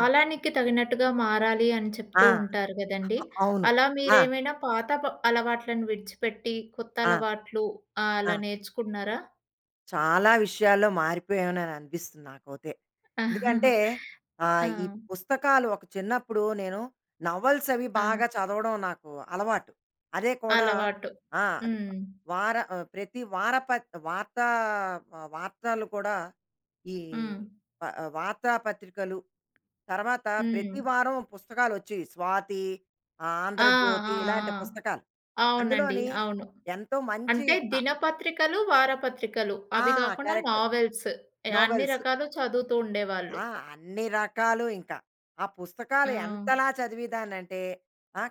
ఆ! తగినట్టుగా మారాలి అని ఆ! చెప్తూ ఉంటారు గదండీ! అవును. అలా ఆ! మీరేమైనా పాత అలవాట్లను విడిచిపెట్టి కొత్త ఆ! అలవాట్లు ఆ! అలా నేర్చుకున్నారా? చాలా విషయాల్లో మారిపోయానని అనిపిస్తుంది నాకైతే. ఎందుకంటే ఈ ఆ! పుస్తకాలు ఒక చిన్నప్పుడు నేను నవల్స్ అవి ఆ! బాగా చదవడం నాకు అలవాటు. అదే కూడా అలవాటు. ఆ! అది హ్మ్. ప్రతి వారప వార్తా వార్తలు కూడా ఈ హ్మ్. ప వార్తాపత్రికలు, తర్వాత హ్మ్. ప్రతి వారం పుస్తకాలొచ్చేవి. 'స్వాతి', ఆ! 'ఆంధ్రజ్యోతి' ఆ! ఇలాంటి ఆ! పుస్తకాలు. అవునండి. అందులోని అవును. ఎంతో మంచి అంటే క దినపత్రికలు, వారపత్రికలు ఆ! అవి గాకుండా కరెక్ట్. నావెల్స్, అన్ని నోవెల్స్. రకాలు చదువుతూ ఉండేవాళ్ళు. ఆ! అన్ని రకాలు ఇంకా. ఆ పుస్తకాలు ఆ! ఎంతలా చదివేదాన్నంటే, ఆ!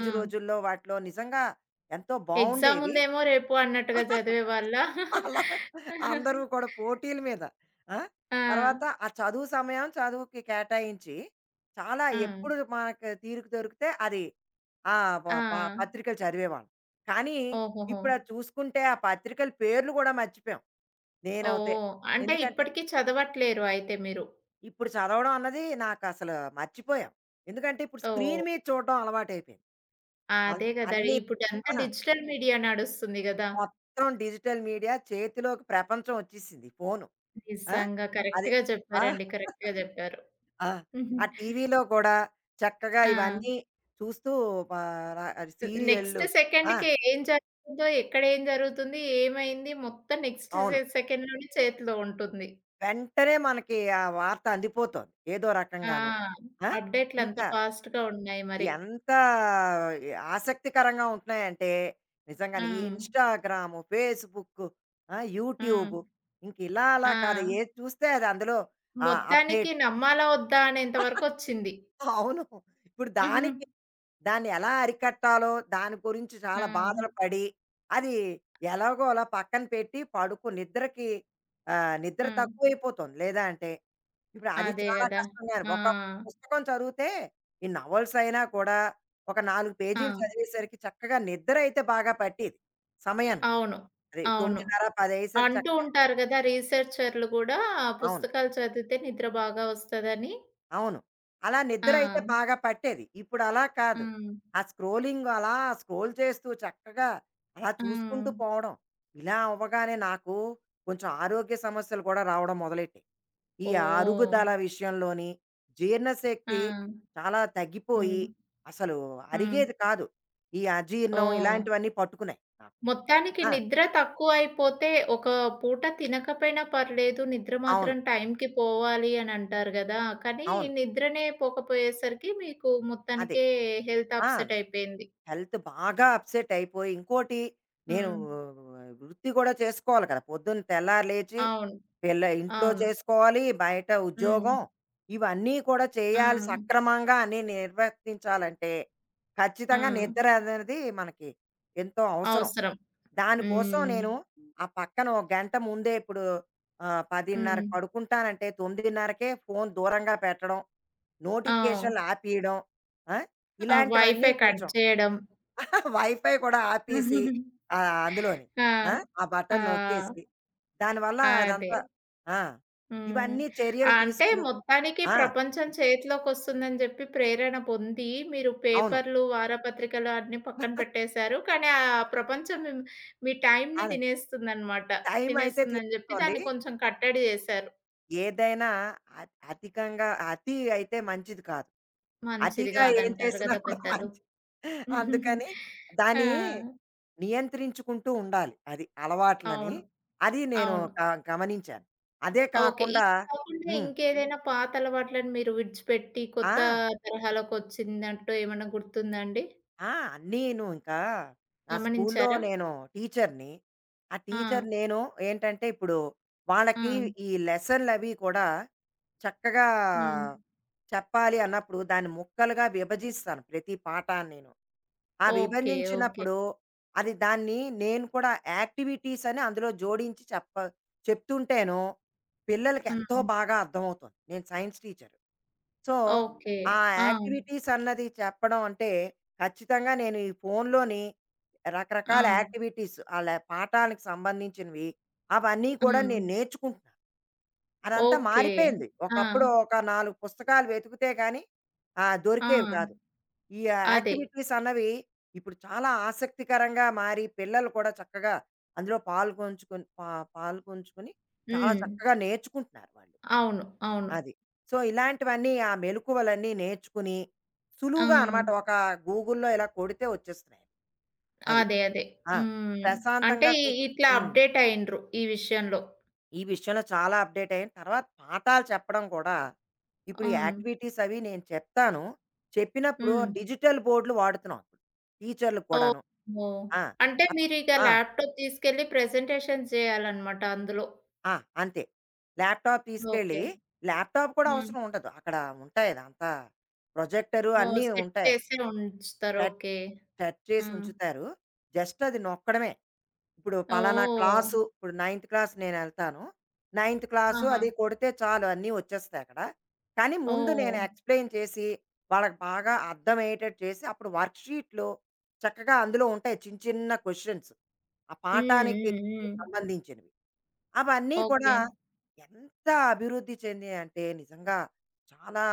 ఆ! రోజుల్లో వాటిలో నిజంగా ఎంతో ఎగ్జామ్ బావుండేవి. ఉందేమో రేపు అన్నట్టుగా చదివేవాళ్ళా? అలా అందరూ కూడా పోటీల మీద. ఆ! ఆ! తర్వాత ఆ చదువు సమయం చదువుకి కేటాయించి, చాలా ఆ! ఎప్పుడు మనకు తీరిక దొరికితే అది ఆ! ప ఆ! ప పత్రికలు చదివేవాళ్ళం. కానీ, ఓహోహో! ఇప్పుడు అది చూసుకుంటే ఆ పత్రికల పేర్లు కూడా మర్చిపోయాం నేనవుతే. ఓహ్! అంటే ఎందుకంటే ఇప్పటికి చదవట్లేరు అయితే మీరు. ఇప్పుడు చదవడం అన్నది నాకసలు మర్చిపోయాం. ఎందుకంటే ఇప్పుడు స్క్రీన్ ఓహ్! మీద చూడడం అలవాటైపోయింది. అదే అంతే గదా! అన్నీ ఇప్పుడంతా ఆ! డిజిటల్ మీడియా నడుస్తుంది గదా! మొత్తం డిజిటల్ మీడియా చేతిలోకి ప్రపంచం వచ్చేసింది ఫోను. ఆ! నిజంగా అదే. కరెక్ట్‌గా ఆ! చెప్పారండి. కరెక్ట్‌గా జెప్పారు. ఆ! హుహు. ఆ టీవీలో కూడా చక్కగా ఆ! ఇవన్నీ చూస్తూ ఆహ్, ర నెక్స్ట్ సీరియల్లు. ఆ! సెకండ్‌కి ఏం జరుగుతుందో, ఎక్కడ ఏం జరుగుతుంది, ఏమైంది మొత్తం నెక్స్ట్ అవును. సెకండ్‌లోనే చేతిలో ఉంటుంది. వెంటనే మనకి ఆ వార్త అందిపోతోంది ఏదో ఆ! రకంగాను. ఆ! అప్‌డేట్‌లంతా ఇంకా ఫాస్ట్‌గా ఉన్నాయి మరి. ఎంత ఆసక్తికరంగా ఉంటున్నాయంటే ఆ! నిజంగానే ఈ ఇన్‌స్టాగ్రాము, ఫేస్‌బుక్కు, ఆ! హ్మ్. యూట్యూబు ఇంక ఇలా అలా ఆ! కాదు ఏది చూస్తే అది అందులో ఆ మొత్తానికి అప్‌డేట్స్. నమ్మాలా వద్దా అనేంత వరకొచ్చింది. అవును. ఇప్పుడు హ్మ్. దానికి దాన్ని ఎలా అరికట్టాలో దాని గురించి చాలా బాధలు పడి, అది ఎలాగో అలా పక్కన పెట్టి నిద్రకి నిద్ర హ్మ్. తక్కువైపోతుంది. లేదా అంటే ఇప్పుడు అది అదే చాలా గదా! కష్టంగా ఉంది. ఆ! ఒకప్పుడు పుస్తకం చదివితే ఈ నవల్స్ అయినా కూడా ఒక 4 ఆ! పేజీలు చదివేసరికి చక్కగా నిద్ర అయితే బాగా పట్టేది సమయానికి. అవును. అది అవును. 9:30, 10 అయ్యేసరికి అంటూ చక్కగా. ఉంటారు గదా! రీసెర్చర్‌లు గూడా అవును. పుస్తకాలు చదివితే నిద్ర బాగా వస్తదని. అవును. అలా ఆ! నిద్ర అయితే బాగా పట్టేది. ఇప్పుడు అలా కాదు. హ్మ్. ఆ స్క్రోలింగ్ అలా స్క్రోల్ చేస్తూ చక్కగా అలా హ్మ్. చూసుకుంటూ పోవడం. ఇలా అవ్వగానే నాకు కొంచెం ఆరోగ్య సమస్యలు కూడా రావడం మొదలెట్టాయి. ఈ ఓహ్! అరుగుదల విషయంలోని ఆ! జీర్ణశక్తి చాలా తగ్గిపోయి హ్మ్. అసలు హ్మ్. అరిగేది కాదు. ఈ అజీర్ణం ఓహ్! ఇలాంటివన్నీ పట్టుకున్నాయి నాకు. మొత్తానికి ఆ! నిద్ర తక్కువైపోతే, ఒక పూట తినకపోయినా పర్లేదు. నిద్ర అవును. మాత్రం టైంకి పోవాలి అని అంటారు గదా! కానీ అవును. నిద్రనే పోకపోయేసరికి మీకు అదే. మొత్తానికే హెల్త్ ఆ! అప్‌సెట్ అయిపోయింది. హెల్త్ బాగా అప్సెట్ అయిపోయి, ఇంకోటి నేను హ్మ్. వృత్తి కూడా చేసుకోవాలి కదా! పొద్దున్న తెల్లారి లేచి, అవును. పిల్ల ఇంట్లో అవును. చేసుకోవాలి, బయట హ్మ్. ఉద్యోగం, ఇవన్నీ కూడా ఆ! చేయాలి సక్రమంగా అన్నీ నిర్వర్తించాలంటే, ఆ! ఖచ్చితంగా నిద్ర అనేది మనకి ఎంతో అవసరం. అవసరం. దానికోసం హ్మ్. నేను ఆ పక్కన ఒక గంట ముందే ఇప్పుడు హ్మ్. 10:30కి పడుకుంటానంటే 9:30కే ఫోను దూరంగా పెట్టడం, ఆ! నోటిఫికేషన్‌లు ఆపేయడం. ఆ! ఆ! ఇలాంటివన్నీ వైఫై కట్ కొంచెం. చేయడం. వైఫై కూడా ఆపేసి అందులోని. ఆ! ఆ! ఆ బటన్ ఆ! నొక్కేసి దానివల్ల అదే. అదంతా. ఆ! హ్మ్. ఇవన్నీ చర్యలు అంటే తీసుకొని. మొత్తానికి ఆ! ప్రపంచం చేతిలోకొస్తుందని జెప్పి ప్రేరణ పొంది, మీరు అవును. పేపర్‌లు, వారపత్రికలు అన్నీ పక్కన పెట్టేశారు. కానీ, ఆ ప్రపంచం మీ టైమ్‌ని అదే తినేస్తుందనమాట. టైం అయితే తినేస్తుందని జెప్పి తీసుకోండి. దాన్ని కొంచెం కట్టడి జేశారు. ఏదైనా అ అధికంగా అతి అయితే మంచిది కాదు. మంచిది అతిగా ఏం గాదంటారు చేసినా గదా కూడా పెద్దలు. మంచి అందుకని ఆ! దాన్ని నియంత్రించుకుంటూ ఉండాలి. అది అలవాట్లని. అవును. అది నేను అవును. క గమనించాను. అదే ఓకే. కాకుండా ఇది కాకుండా హ్మ్. ఇంకేదైనా పాత అలవాట్లను మీరు విడిచిపెట్టి కొత్త ఆ! తరహాలోకొచ్చిందంటూ ఏమన్నా గుర్తుందా అండి? ఆ! నేను ఇంకా నా స్కూల్లో గమనించారా? నేను టీచర్‌ని. ఆ ఆ! టీచర్ నేను ఏంటంటే, ఇప్పుడు ఆ! వాళ్ళకి ఈ లెసన్‌లవి కూడా చక్కగా హ్మ్. చెప్పాలి అన్నప్పుడు, దాన్ని ముక్కలుగా విభజిస్తాను ప్రతి పాఠాన్నిను. ఆ ఓకే. ఓకే. విభందించినప్పుడు దాన్ని నేను కూడా యాక్టివిటీస్ అని అందులో జోడించి చెప్తుంటేను పిల్లలకి ఎంతో హ్మ్. బాగా అర్థమవుతుంది. నేను సైన్స్ టీచర్. So, okay. ఆ ఆ! యాక్టివిటీస్ అన్నది చెప్పడం అంటే ఖచ్చితంగా నేను ఈ ఫోనులోని ఆ! రకరకాల యాక్టివిటీస్ ఆళ్ళ పాఠానికి సంబంధించినవి అవన్నీ కూడా హ్మ్. నేను నేర్చుకుంటున్నాను. అదంతా ఓకే. మారిపోయింది. ఆ! ఒకప్పుడు ఒక 4 పుస్తకాలు వెతికితే గాని ఆ! దొరికేవి కాదు. ఈ అదే. యాక్టివిటీస్ అన్నవి ఇప్పుడు చాలా ఆసక్తికరంగా మారి పిల్లలు కూడా చక్కగా అందులో పాల్గొంచుకొని చాలా హ్మ్. చక్కగా నేర్చుకుంటున్నారు వాళ్ళు. అవును. అవును. అది. సో, ఇలాంటివన్నీ ఆ మెలకువలన్నీ నేర్చుకుని ఆ! సులువుగా అనమాట ఒక గూగుల్‌లో ఇలా కొడితే వచ్చేస్తున్నాయి. అది. అదే. అదే. ఆ! హ్మ్. అంటే ప్రశాంతంగా కూ ఇట్లా హ్మ్. అప్‌డేట్ అయిండ్రు ఈ విషయంలో. ఈ విషయంలో చాలా అప్‌డేట్ అయ్యాను. తర్వాత పాఠాలు చెప్పడం కూడా ఇప్పుడు ఈ హ్మ్. యాక్టివిటీస్ అవి నేను చెప్తాను. చెప్పినప్పుడు హ్మ్. డిజిటల్ బోర్డ్‌లు వాడుతున్నాం. టీచర్‌లకు కూడాను. ఓహో! ఆ! అంటే అప్ మీరిక ఆ! ల్యాప్‌టాప్ తీసుకెళ్ళి ప్రెజెంటేషన్స్ జేయాలనమాట అందులో. ఆ! అంతే. ల్యాప్‌టాప్ తీసుకెళ్ళి ఓకే. ల్యాప్‌టాప్ కూడా హ్మ్. అవసరం ఉండదు. అక్కడ ఉంటాయి అదంతా ప్రొజెక్టరు ఓహ్! అన్నీ సెట్ ఉంటాయి. చేసే ఉంచుతారు. Touch okay. టచ్ చేసి హ్మ్. ఉంచుతారు. జస్ట్ అది నొక్కడమే. ఇప్పుడు పలానా ఓహ్! క్లాసు ఇప్పుడు నైన్త్ క్లాస్ నేనెళ్తాను. నైన్త్ క్లాసు ఆహా! అది కొడితే చాలు అన్నీ వచ్చేస్తాయి అక్కడ. కానీ ముందు ఓహ్! నేను ఎక్స్‌ప్లెయిన్ చేసి, వాళ్ళకి బాగా అర్థమయ్యేటట్టు చేసి, అప్పుడు వర్క్‌షీట్‌లో చక్కగా అందులో ఉంటాయి చిన్న చిన్న క్వెషన్స్ ఆ హ్మ్. పాఠానికి హ్మ్. హ్మ్. సంబంధించినవి. అవన్నీ కూడా ఓకే. ఎంత అభివృద్ధి చెందాయంటే నిజంగా చాలా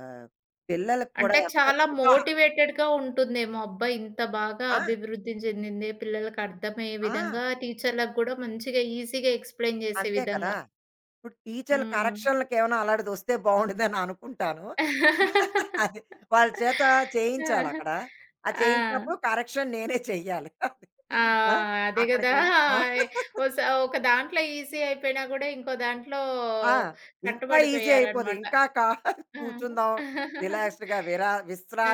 ఆహ్, పిల్లలకి కూడా అంటే ఎంతో చాలా ఉదాహరణ. మోటివేటెడ్‌గా ఉంటుందేమో. అబ్బా! ఇంత బాగా ఆ! అభివృద్ధి చెందింది. పిల్లలకి అర్థమయ్యే ఆ! విధంగా టీచర్‌లకు కూడా మంచిగా ఈజీగా ఎక్స్‌ప్లెయిన్ చేసే అంతే కదా! విధంగా. ఇప్పుడు టీచర్‌లు హ్మ్. కరెక్షన్‌లకేమైనా అలాంటిదొస్తే బావుండేదని అనుకుంటాను. అది వాళ్ళ చేత ఆహా! చేయించాలక్కడ. ఆ ఆ! చేయించినప్పుడు కరెక్షన్ నేనే చెయ్యాలి. ఆ! ఆ! అదే కదా! అక్కడికెళ్ళి. ఆ! ఒస ఒక దాంట్లో ఈజీ అయిపోయినా కూడా ఇంకో దాంట్లో ఆ! ఇంకా ఈజీ అయిపోద్ది. కట్టుబడిపోయారన్నమాట. ఇంకా కా కూర్చుందాం ఆ! రిలాక్స్డ్‌గా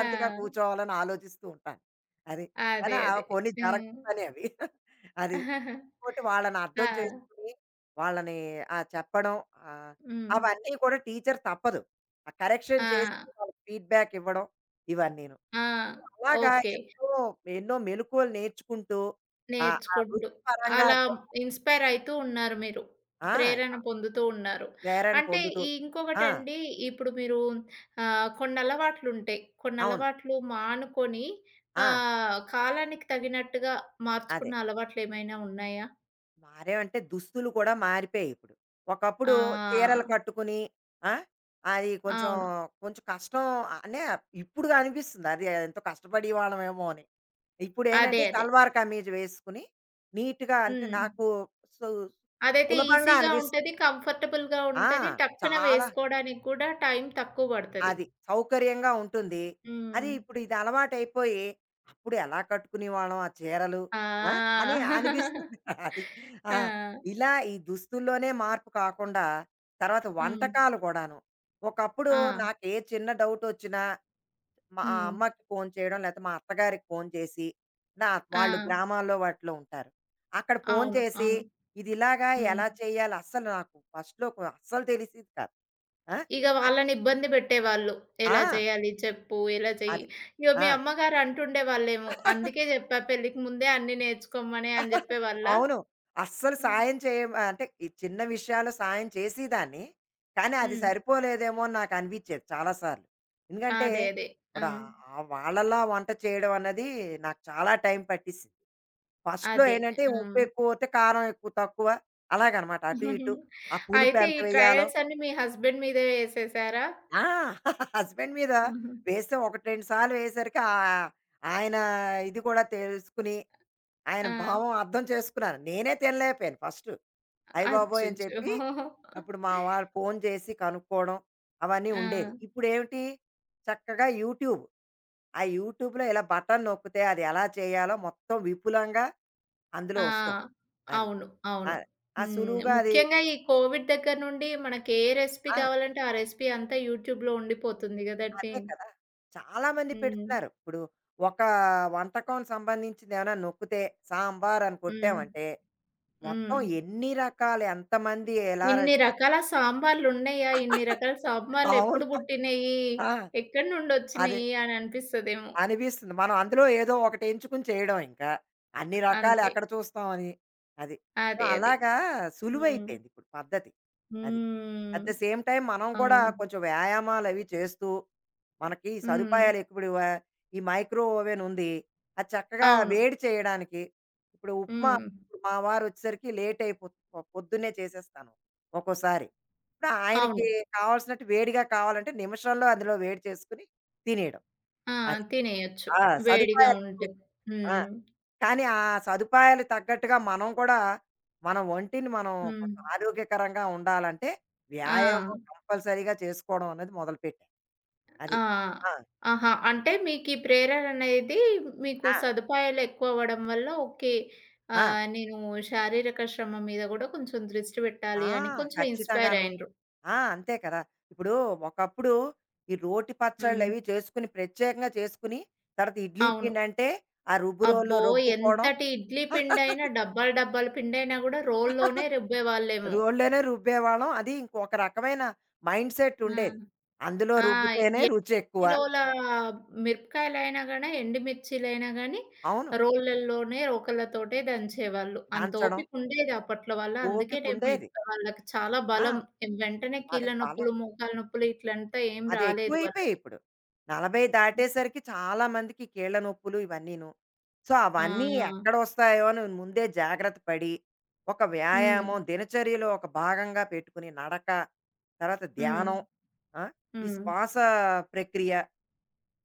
ఆ! కూర్చోవాలని ఆలోచిస్తూ ఉంటాను. అది. కానీ అదే. అదే. కొన్ని హ్మ్. జరగని పని అవి. అది. ఇంకోటి వాళ్ళని ఆ! అర్థం చేసుకొని, వాళ్ళని ఆ! చెప్పడం ఆహ్, హ్మ్. అవన్నీ కూడా టీచర్ తప్పదు. ఆ ఆ! కరెక్షన్ చేసి వాళ్ళకి ఫీడ్‌బ్యాక్ ఇవ్వడం ఇవన్నీను. ఆ! అలాగా ఓకే. ఎంతో ఎన్నో మెలుకువలు నేర్చుకుంటూ ఆ నేర్చుకుంటూ వృత్తిపరంగా అలా కూడా ఇన్‌స్పైర్ అయితూ ఉన్నారు మీరు. ఆ! ప్రేరణ పొందుతూ ఉన్నారు. ప్రేరణ అంటే పొందుతూ. ఈ ఆ! ఇంకొకటండి ఇప్పుడు మీరు కొన్నలవాట్లుంటాయి. అవును. కొన్నలవాట్లు మానుకొని ఆ! కాలానికి తగినట్టుగా అదే. మార్చుకున్న అలవాట్లేమైనా ఉన్నాయా? మారావంటే దుస్తులు కూడా మారిపోయాయి ఇప్పుడు. ఒకప్పుడు చీరలు ఆ! కట్టుకుని ఆ! అది అవును. కొంచెం కష్టం అనే ఇప్పుడు అనిపిస్తుంది. అది ఎంతో కష్టపడేవాళ్ళమేమో అని. ఇప్పుడేంటంటే అదే. అదే. సల్వార్ కమీజ్ వేసుకుని నీట్‌గా అంటే హ్మ్. నాకు సు అదైతే సులభంగా ఈజీగా అనిపిస్తుంది. ఉంటది. కంఫర్టబుల్‌గా ఆ! ఉంటది. టక్కున చాలా వేసుకోవడానికి కూడా టైం తక్కువ పడతది. అది. సౌకర్యంగా ఉంటుంది. అది హ్మ్. ఇప్పుడు ఇది అలవాటైపోయి, అప్పుడు ఎలా కట్టుకునేవాళ్ళం ఆ చీరలు ఆ! ఆ! అని అనిపిస్తుంది. అది. ఆ! ఆ! ఇలా ఈ దుస్తుల్లోనే మార్పు కాకుండా, తర్వాత హ్మ్. వంటకాలు గూడాను. ఒకప్పుడు ఆ! నాకే చిన్న డౌటొచ్చినా, మా హ్మ్. అమ్మకి ఫోను చేయడం, లేతే మా అత్తగారికి ఫోను చేసి, నా ఆ! వాళ్ళు గ్రామాల్లో వాటిలో ఉంటారు. అక్కడ ఫోను అవును. చేసి, అవును. ఇది ఇలాగా హ్మ్. ఎలా చేయాలి అస్సలు నాకు ఫస్ట్‌లో అస్సలు తెలిసేది కాదు. ఆ! ఇగ అన్ వాళ్ళని ఇబ్బంది పెట్టేవాళ్ళు. ఎలా ఆ! చేయాలి చెప్పు, ఎలా చెయ్యి. అది. ఇగ మీ ఆ! అమ్మగారు అంటుండేవాళ్ళేమో, అందుకే చెప్పా పెళ్ళికి ముందే అన్నీ నేర్చుకోమని అని చెప్పేవాళ్ళా? అవును. అస్సలు సాయం చేయం అంటే, ఈ చిన్న విషయాల్లో సాయం చేసేదాన్ని. కానీ అది హ్మ్. సరిపోలేదేమో అని నాకనిపించేది చాలా సార్లు. ఎందుకంటే, అదే. అదే. ఆ! ఇప్పుడు వాళ్ళలా వంట చేయడం అన్నది నాకు చాలా టైం పట్టేసింది. ఫస్ట్‌లో అదే. ఏంటంటే, ఆ! ఉప్పు ఎక్కువవుతే కారం ఎక్కువ తక్కువ అలాగనమాట. అటు ఇటు. ఆ పులుపు అయితే ఎంత ఈ వేయాలో. ట్రయల్స్ అన్నీ మీ హస్బెండ్ మీదే ఏసేసారా? ఆ! హస్బెండ్ మీద హుహు. వేస్తే 1, 2 సార్లు వేసరికి ఆయన ఇది కూడా తెలుసుకొని ఆయన ఆ! భావం అర్థం చేసుకున్నాను. నేనే తినలేకపోయాను ఫస్ట్. అయ్య బాబోయ్! అని చెప్పి అచ్చచ్చో! అప్పుడు మా వారు ఫోన్ చేసి కనుక్కోవడం అవన్నీ ఆ! ఉండేది. ఇప్పుడేమిటి చక్కగా యూట్యూబ్. ఆ యూట్యూబ్‌లో ఇలా బటన్ నొక్కితే అది ఎలా చేయాలో మొత్తం విపులంగా అందులో ఆ! వస్తుంది. అది. అవును. ఆ! అవును. ఆ హ్మ్. సులువుగా అది. ముఖ్యంగా ఈ కోవిడ్ దగ్గర నుండి మనకి ఏ రెసిపీ ఆ! కావాలంటే ఆ రెసిపీ అంతా యూట్యూబ్‌లో ఉండిపోతుంది గదండీ! అదే కదా! చాలా మంది హ్మ్. పెడుతున్నారు. ఇప్పుడు ఒక వంటకం సంబంధించింది ఏమైనా నొక్కితే సాంబార్ అని హ్మ్. కొట్టామంటే మొత్తం హ్మ్. ఎన్ని రకాలు ఎంతమంది ఎలా ఇన్ని చేస్తారు. రకాల సాంబార్లున్నయ్యా? ఇన్ని రకాల సాంబార్లు అవును. ఎప్పుడు పుట్టినయి? ఆ! ఎక్కడి అదే. నుండొచ్చినయి? అని అనిపిస్తదేమో. అనిపిస్తుంది. మనం అందులో ఏదో ఒకటి ఎంచుకుని చేయడం ఇంకా. అన్ని రకాలు అంతే. ఎక్కడ చూస్తాం అని. అది. సో, అదే. అదే. అలాగా హ్మ్. సులువైపోయింది ఇప్పుడు పద్ధతి. అది. హ్మ్. అట్ ద సేమ్ టైం మనం కూడా అవును. కొంచెం వ్యాయామాలు అవి చేస్తూ, మనకి ఈ హ్మ్. సదుపాయాలు ఇప్పుడు వ ఈ మైక్రో ఓవెన్ ఉంది. అది చక్కగా అవును. వేడి చేయడానికి ఇప్పుడు ఉప్మా హ్మ్. మా వారొచ్చేసరికి లేట్ అయిపోతుంది. పొద్దున్నే చేసేస్తాను ఒక్కోసారి. ఇప్పుడు ఆయనకి అవును. కావాల్సినట్టు వేడిగా కావాలంటే నిమిషంలో అందులో వేడి చేసుకొని తినేయడం. ఆ! అది. తినేయొచ్చు. ఆ! వేడిగా సదుపాయాలు ఎక్కువే. ఉంటే. ఆ! హ్మ్. కానీ ఆ సదుపాయాలు తగ్గట్టుగా మనం కూడా మన ఒంటిని మనం హ్మ్. కొంచెం ఆరోగ్యకరంగా ఉండాలంటే ఆ! వ్యాయామం కంపల్సరీగా చేసుకోవడం అనేది మొదలుపెట్టాను. అది. ఆ! ఆ! ఆహా! అంటే మీకీ ప్రేరణ అనేది మీకు ఆ! సదుపాయాలు ఎక్కువవ్వడం వల్ల ఓకే. ఆ! నేను శారీరక శ్రమ మీద గూడా కొంచెం దృష్టి ఆ! పెట్టాలి అని కొంచెం ఇన్‌స్పైర్ ఖచ్చితంగాను. అయ్యిండ్రు. ఆ! అంతే కదా! ఇప్పుడు ఒకప్పుడు ఈ రోటి హ్మ్. పచ్చళ్ళవి చేసుకుని ప్రత్యేకంగా చేసుకుని తర్వాత ఇడ్లీ అవును. పిండంటే ఆ రుబ్బు రోల్లో అబ్బో! రుబ్బుకోవడం. ఎంతటి ఇడ్లీ పిండైనా డబ్బాలు, డబ్బాల పిండైనా గూడా రోల్లోనే రుబ్బేవాళ్ళేమో. రోల్లోనే రుబ్బేవాళ్ళం. అది ఇంకొక రకమైన మైండ్‌సెట్ ఆ! ఉండేది. అందులో ఆ! రుబ్బితేనే ఎన్ని రుచెక్కువ. కిలోల మిరపకాయలైనా గాని, ఎండుమిర్చిలైనా గాని అవును. రోళ్ళల్లోనే, రోకళ్ళతోటే దంచేవాళ్ళు. అంత దంచడం ఓపికుండేది అప్పట్లో వాళ్ళ. అందుకేనేమో ఓపికుండేది. ఇప్పుడు వాళ్ళకి చాలా ఆ! బలం. వెంటనే కీళ్ళ వాళ్ళకి బలం. నొప్పులు, మోకాళ్ళ నొప్పులు ఇట్లంతా ఏం అది రాలేదు ఎక్కువైపోయాయి వాళ్ళకి. ఇప్పుడు. 40 దాటేసరికి చాలా మందికి కీళ్ళ నొప్పులు ఇవన్నీను. సో, అవన్నీ ఆ! ఎక్కడొస్తాయో అని ముందే జాగ్రత్త పడి, ఒక హ్మ్. వ్యాయామం దినచర్యలో ఒక భాగంగా పెట్టుకుని నడక, తర్వాత హ్మ్. ధ్యానం, ఆ! ఈ హ్మ్. శ్వాస ప్రక్రియ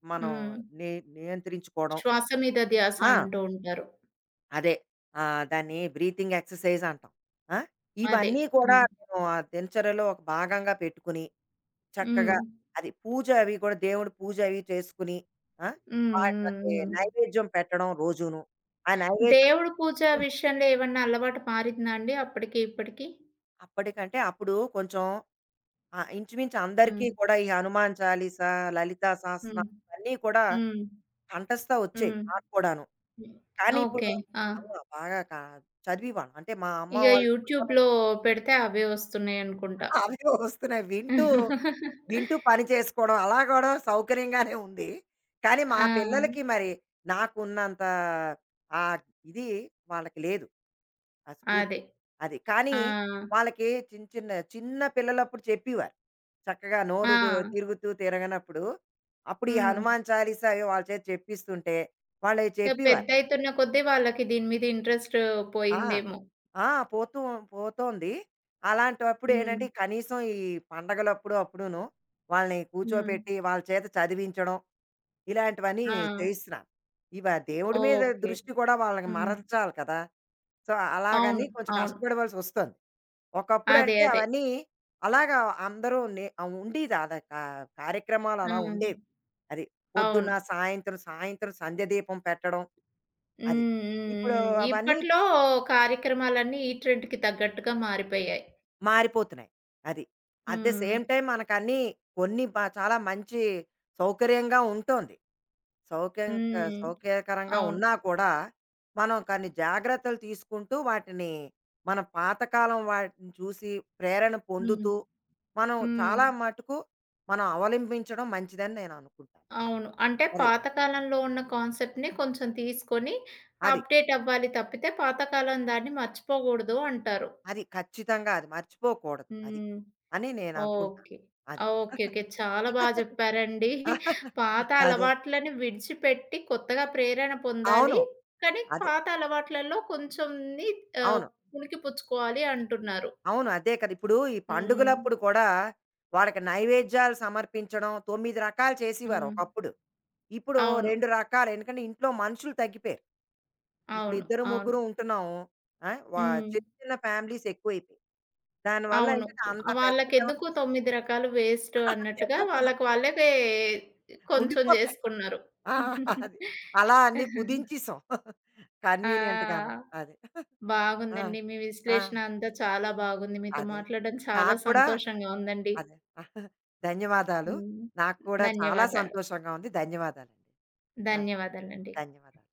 మనం హ్మ్. ని నియంత్రించుకోవడం. శ్వాస మీద ధ్యాస ఆ! అంటూ ఉంటారు. అదే. దాన్ని బ్రీతింగ్ ఎక్సర్‌సైజ్ అంటాం. ఆ! అదే. ఇవన్నీ కూడా హ్మ్. నేను ఆ దినచర్యలో ఒక భాగంగా పెట్టుకుని చక్కగా హ్మ్. అది పూజ అవి కూడా దేవుడి పూజ అవి చేసుకుని, ఆ! హ్మ్. హ్మ్. వాళ్ళకి హ్మ్. నైవేద్యం పెట్టడం రోజును. ఆ నైవేద్యం దేవుడి పూజ విషయంలో ఏమన్నా అలవాటు మారిందా అండి అప్పటికి, ఇప్పటికి? అప్పటికంటే అప్పుడు కొంచెం ఇంచుమించు హ్మ్. అందరికీ కూడా ఈ హనుమాన్ చాలీస, లలితా హ్మ్. సహస్రనామం ఇవన్నీ కూడా హ్మ్. కంఠస్థ వచ్చేవి హ్మ్. నాకు కూడాను. హ్మ్. కానీ ఇప్పుడు ఓకే. ఆ! అవును. బాగా చదివేవాళ్ళం. అంటే మా అమ్మ ఇగ వాళ్ళు కూర్చోబెట్టి. యూట్యూబ్‌లో పెడితే అవే వస్తున్నాయనుకుంటా. అవే వస్తున్నాయి. వింటూ వింటూ పని చేసుకోవడం అలా కూడా సౌకర్యంగానే ఉంది. కానీ మా ఆ! పిల్లలకి మరి నాకున్నంత ఆహ్, ఇది వాళ్ళకి లేదు. ఆ అదే. స్ఫూర్తి. అది. కానీ ఆ! వాళ్ళకి చిన్న చిన్న చిన్న పిల్లలప్పుడు చెప్పేవారు. చక్కగా ఆ! నోరు దు తిరుగుతూ తిరగనప్పుడు, అప్పుడు ఈ హ్మ్. హనుమాన్ చాలీసా అవి వాళ్ళ చేత చెప్పిస్తుంటే వాళ్ళవి ఇగ చెప్పేవారు. పెద్దయితున్న కొద్దీ వాళ్ళకి దీని మీద ఇంట్రెస్ట్ ఆ! పోయిందేమో. ఆ! పోతూ పోతోంది. అలాంటప్పుడు హ్మ్. ఏంటంటే కనీసం ఈ పండగలప్పుడు అప్పుడును వాళ్ళని హ్మ్. కూర్చోపెట్టి వాళ్ళ చేత చదివించడం. ఇలాంటివన్నీ ఆ! చేయిస్తున్నాను. ఇవ దేవుడి మీద ఓకే. దృష్టి కూడా వాళ్ళకి హ్మ్. మరల్చాలి కదా! సో, అలాగని అవును. కొంచెం అవును. కష్టపడవలసొస్తోంది. అదే. ఒకప్పుడంటే అదే. అవన్నీ అలాగా అందరూ నే ఆహ్, ఉండేది అలా కా కార్యక్రమాలు అలా హ్మ్. ఉండేవి. అది పొద్దున్న, అవును. సాయంత్రం, సాయంత్రం సంధ్య దీపం పెట్టడం హ్మ్. అది. హ్మ్. ఇప్పుడు హ్మ్. అవన్నీ ఇప్పట్లో కార్యక్రమాలన్నీ ఈ ట్రెండ్‌కి తగ్గట్టుగా మారిపోయాయి. మారిపోతున్నాయి. అది. అట్ ద హ్మ్. సేమ్ టైమ్ మనకన్నీ కొన్ని బ చాలా మంచి సౌకర్యంగా ఉంటోంది. సౌఖ్యం క హ్మ్. సౌఖ్యకరంగా అవును. ఉన్నా కూడా, మనం కొన్ని జాగ్రత్తలు తీసుకుంటూ వాటిని మన పాతకాలం వాటిని చూసి ప్రేరణ హ్మ్. పొందుతూ, మనం హ్మ్. చాలా మటుకు మనం అవలంబించడం మంచిదని నేననుకుంటాను. అవును. అంటే అది. పాత కాలంలో ఉన్న కాన్సెప్ట్‌ని కొంచెం తీసుకొని అది. అప్‌డేట్ అవ్వాలి తప్పితే పాతకాలం దాన్ని మర్చిపోకూడదు అంటారు. అది ఖచ్చితంగా అది మర్చిపోకూడదు అది హ్మ్. అని నేననుకుంటాను. ఓకే. అది. ఓకే. ఓకే. చాలా బా చెప్పారండి. పాత అదే. అలవాట్లని విడిచిపెట్టి కొత్తగా ప్రేరణ పొందాలి. అవును. కానీ అదే. పాత అలవాట్లలో కొంచెంని ఆహ్, అవును. పుణికిపుచ్చుకోవాలి అంటున్నారు. అవును. అదే కదా! ఇప్పుడు ఈ హ్మ్. పండుగలప్పుడు కూడా వాళ్ళకి నైవేద్యాలు సమర్పించడం 9 రకాలు చేసేవారు హ్మ్. ఒకప్పుడు. ఇప్పుడు అవును. 2 రకాలు. ఎందుకంటే ఇంట్లో మనుషులు తగ్గిపోయారు. ఇప్పుడు అవును. ఇద్దరు, అవును. ముగ్గురు ఉంటున్నాం. ఆ! వ హ్మ్. చిన్న చిన్న ఫ్యామిలీస్ ఎక్కువైపోయాయి. దానివల్ల అవును. ఏంటంటే అంత పెద్ద లెవెల్ వాళ్ళకెందుకు 9 రకాలు వేస్ట్ అన్నట్టుగా తెలీదు కదా! వాళ్ళకి వాళ్ళకే కొంచెం ఉండిపోతాయి. జేసుకున్నారు. ఆ! అది. అలా అన్నీ కుదించేసాం. కన్వీనియంట్ గాను. ఆ! అది. ఆ! బాగుందండి. మీ ఆ! విశ్లేషణ అంతా చాలా బాగుంది. మీతో అదే. మాట్లాడడం చాలా నాకు కూడా సంతోషంగా ఉందండి. అదే. ధన్యవాదాలు. హ్మ్. నాకు కూడా చాలా ధన్యవాదాలు. సంతోషంగా ఉంది. ధన్యవాదాలండి. ఆ! ధన్యవాదాలండి. ధన్యవాదాలు.